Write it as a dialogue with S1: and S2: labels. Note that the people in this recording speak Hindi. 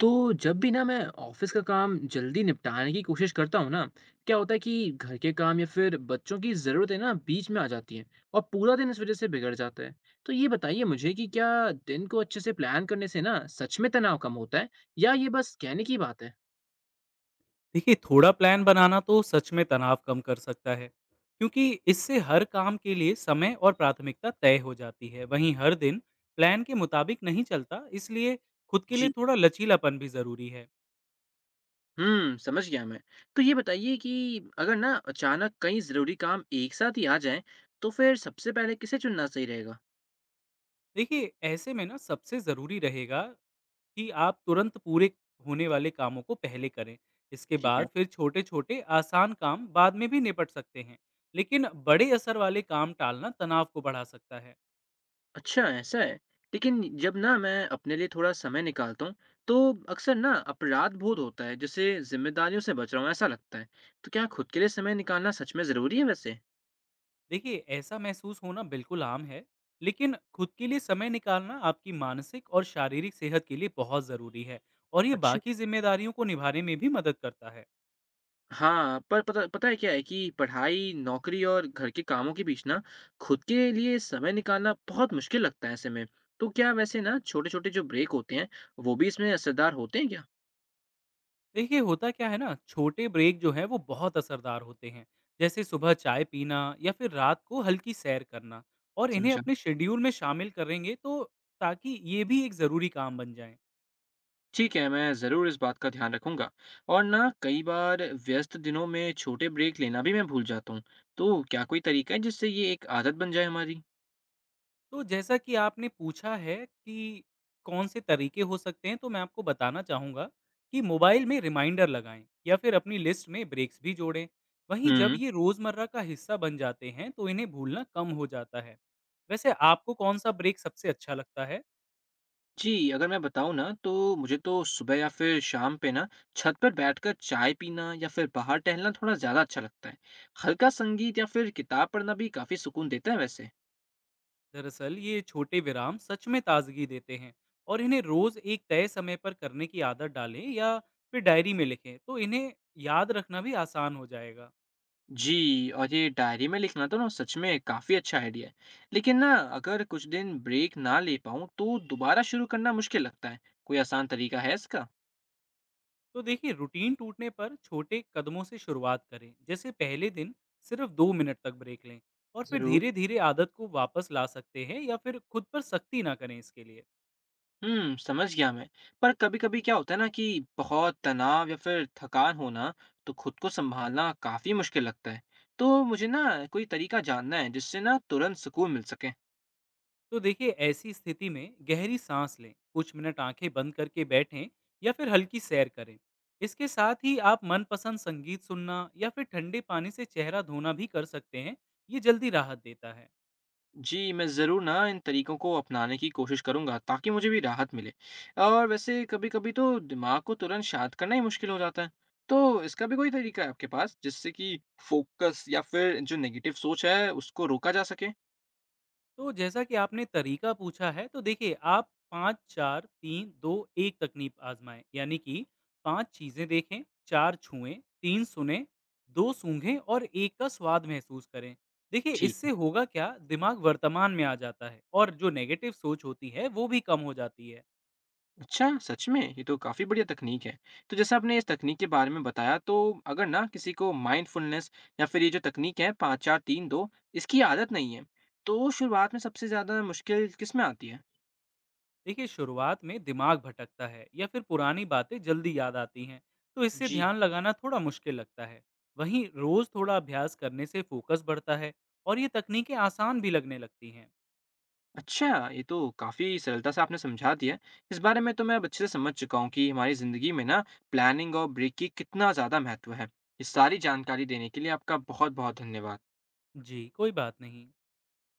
S1: तो जब भी ना मैं ऑफिस का काम जल्दी निपटाने की कोशिश करता हूँ ना, क्या होता है कि घर के काम या फिर बच्चों की ज़रूरतें ना बीच में आ जाती हैं, और पूरा दिन इस वजह से बिगड़ जाता है। तो ये बताइए मुझे कि क्या दिन को अच्छे से प्लान करने से ना सच में तनाव कम होता है, या ये बस कहने की बात है?
S2: देखिए, थोड़ा प्लान बनाना तो सच में तनाव कम कर सकता है क्योंकि इससे हर काम के लिए समय और प्राथमिकता तय हो जाती है। वहीं हर दिन प्लान के मुताबिक नहीं चलता, इसलिए खुद के लिए
S1: जी।
S2: थोड़ा लचीलापन भी ज़रूरी है।
S1: समझ गया मैं। तो ये बताइए कि अगर ना अचानक कई जरूरी काम एक साथ ही आ जाएं, तो फिर सबसे पहले किसे चुनना सही रहेगा?
S2: देखिए, ऐसे में ना सबसे ज़रूरी रहेगा कि आप तुरंत पूरे होने वाले कामों को पहले करें। इसके
S1: ठीक है।
S2: बाद फिर छोटे छोटे आसान काम बाद में भी निपट सकते हैं। लेकिन बड़े असर वाले काम टालना तनाव को बढ़ा सकता है।
S1: अच्छा ऐसा है। लेकिन जब ना मैं अपने लिए थोड़ा समय निकालता हूँ, तो अक्सर ना अपराध बोध होता है, जैसे जिम्मेदारियों से बच रहा हूँ ऐसा लगता है। तो क्या खुद के लिए समय निकालना सच में ज़रूरी है वैसे?
S2: देखिए, ऐसा महसूस होना बिल्कुल आम है, लेकिन खुद के लिए समय निकालना आपकी मानसिक और शारीरिक सेहत के लिए बहुत ज़रूरी है, और ये
S1: अच्छा।
S2: बाकी ज़िम्मेदारियों को निभाने में भी मदद करता है।
S1: हाँ, पर पता पता है क्या है कि पढ़ाई, नौकरी और घर के कामों के बीच ना खुद के लिए समय निकालना बहुत मुश्किल लगता है ऐसे में। तो क्या वैसे ना छोटे छोटे जो ब्रेक होते हैं, वो भी इसमें असरदार होते हैं क्या?
S2: देखिए, होता क्या है ना, छोटे ब्रेक जो हैं, वो बहुत असरदार होते हैं, जैसे सुबह चाय पीना या फिर रात को हल्की सैर करना। और इन्हें
S1: समझा।
S2: अपने शेड्यूल में शामिल करेंगे, तो ताकि ये भी एक ज़रूरी काम बन जाएँ।
S1: ठीक है, मैं ज़रूर इस बात का ध्यान रखूँगा। और ना कई बार व्यस्त दिनों में छोटे ब्रेक लेना भी मैं भूल जाता हूँ। तो क्या कोई तरीका है जिससे ये एक आदत बन जाए हमारी?
S2: तो जैसा कि आपने पूछा है कि कौन से तरीके हो सकते हैं, तो मैं आपको बताना चाहूँगा कि मोबाइल में रिमाइंडर लगाएँ या फिर अपनी लिस्ट में ब्रेक्स भी जोड़ें। वहीं जब
S1: हम्म।
S2: ये रोज़मर्रा का हिस्सा बन जाते हैं, तो इन्हें भूलना कम हो जाता है। वैसे आपको कौन-सा ब्रेक सबसे अच्छा लगता है?
S1: जी, अगर मैं बताऊँ ना, तो मुझे तो सुबह या फिर शाम पे ना छत पर बैठकर चाय पीना या फिर बाहर टहलना थोड़ा ज़्यादा अच्छा लगता है। हल्का संगीत या फिर किताब पढ़ना भी काफ़ी सुकून देता है वैसे।
S2: दरअसल ये छोटे विराम सच में ताज़गी देते हैं, और इन्हें रोज़ एक तय समय पर करने की आदत डालें या फिर डायरी में लिखें, तो इन्हें याद रखना भी आसान हो जाएगा।
S1: जी, और ये डायरी में लिखना तो ना सच में काफ़ी अच्छा आइडिया है। लेकिन ना, अगर कुछ दिन ब्रेक ना ले पाऊँ तो दोबारा शुरू करना मुश्किल लगता है। कोई आसान तरीका है इसका?
S2: तो देखिए, रूटीन टूटने पर छोटे कदमों से शुरुआत करें, जैसे पहले दिन सिर्फ 2 मिनट तक ब्रेक लें, और फिर
S1: ज़रूर।
S2: धीरे धीरे आदत को वापस ला सकते हैं, या फिर खुद पर सख्ती ना करें इसके लिए।
S1: समझ गया मैं। पर कभी-कभी क्या होता है ना कि बहुत तनाव या फिर थकान होना, तो खुद को संभालना काफ़ी मुश्किल लगता है। तो मुझे ना कोई तरीका जानना है जिससे ना तुरंत सुकून मिल सके।
S2: तो देखिए, ऐसी स्थिति में गहरी सांस लें, कुछ मिनट आंखें बंद करके बैठें या फिर हल्की सैर करें। इसके साथ ही आप मनपसंद संगीत सुनना या फिर ठंडे पानी से चेहरा धोना भी कर सकते हैं। ये जल्दी राहत देता है।
S1: जी, मैं ज़रूर ना इन तरीकों को अपनाने की कोशिश करूँगा ताकि मुझे भी राहत मिले। और वैसे कभी-कभी तो दिमाग को तुरंत शांत करना ही मुश्किल हो जाता है। तो इसका भी कोई तरीका है आपके पास, जिससे कि फोकस या फिर जो नेगेटिव सोच है उसको रोका जा सके?
S2: तो जैसा कि आपने तरीका पूछा है, तो देखिए, आप पाँच चार तीन दो एक तकनीक आजमाएं, यानी कि पांच चीजें देखें, चार छुएं, तीन सुने, दो सूंघें और एक का स्वाद महसूस करें। देखिए,
S1: ठीक।
S2: इससे होगा क्या, दिमाग वर्तमान में आ जाता है और जो नेगेटिव सोच होती है वो भी कम हो जाती है।
S1: अच्छा, सच में? ये तो काफ़ी बढ़िया तकनीक है। तो जैसे आपने इस तकनीक के बारे में बताया, तो अगर ना किसी को माइंडफुलनेस या फिर ये जो तकनीक है 5, 4, 3, 2, इसकी आदत नहीं है, तो शुरुआत में सबसे ज़्यादा मुश्किल किस में आती है?
S2: देखिए, शुरुआत में दिमाग भटकता है या फिर पुरानी बातें जल्दी याद आती हैं, तो इससे
S1: जी।
S2: ध्यान लगाना थोड़ा मुश्किल लगता है। वहीं रोज थोड़ा अभ्यास करने से फोकस बढ़ता है, और ये तकनीकें आसान भी लगने लगती हैं।
S1: अच्छा, ये तो काफ़ी सरलता से आपने समझा दिया है। इस बारे में तो मैं अब अच्छे से समझ चुका हूँ कि हमारी ज़िंदगी में ना प्लानिंग और ब्रेक की कितना ज़्यादा महत्व है। ये सारी जानकारी देने के लिए आपका बहुत-बहुत धन्यवाद।
S2: जी, कोई बात नहीं।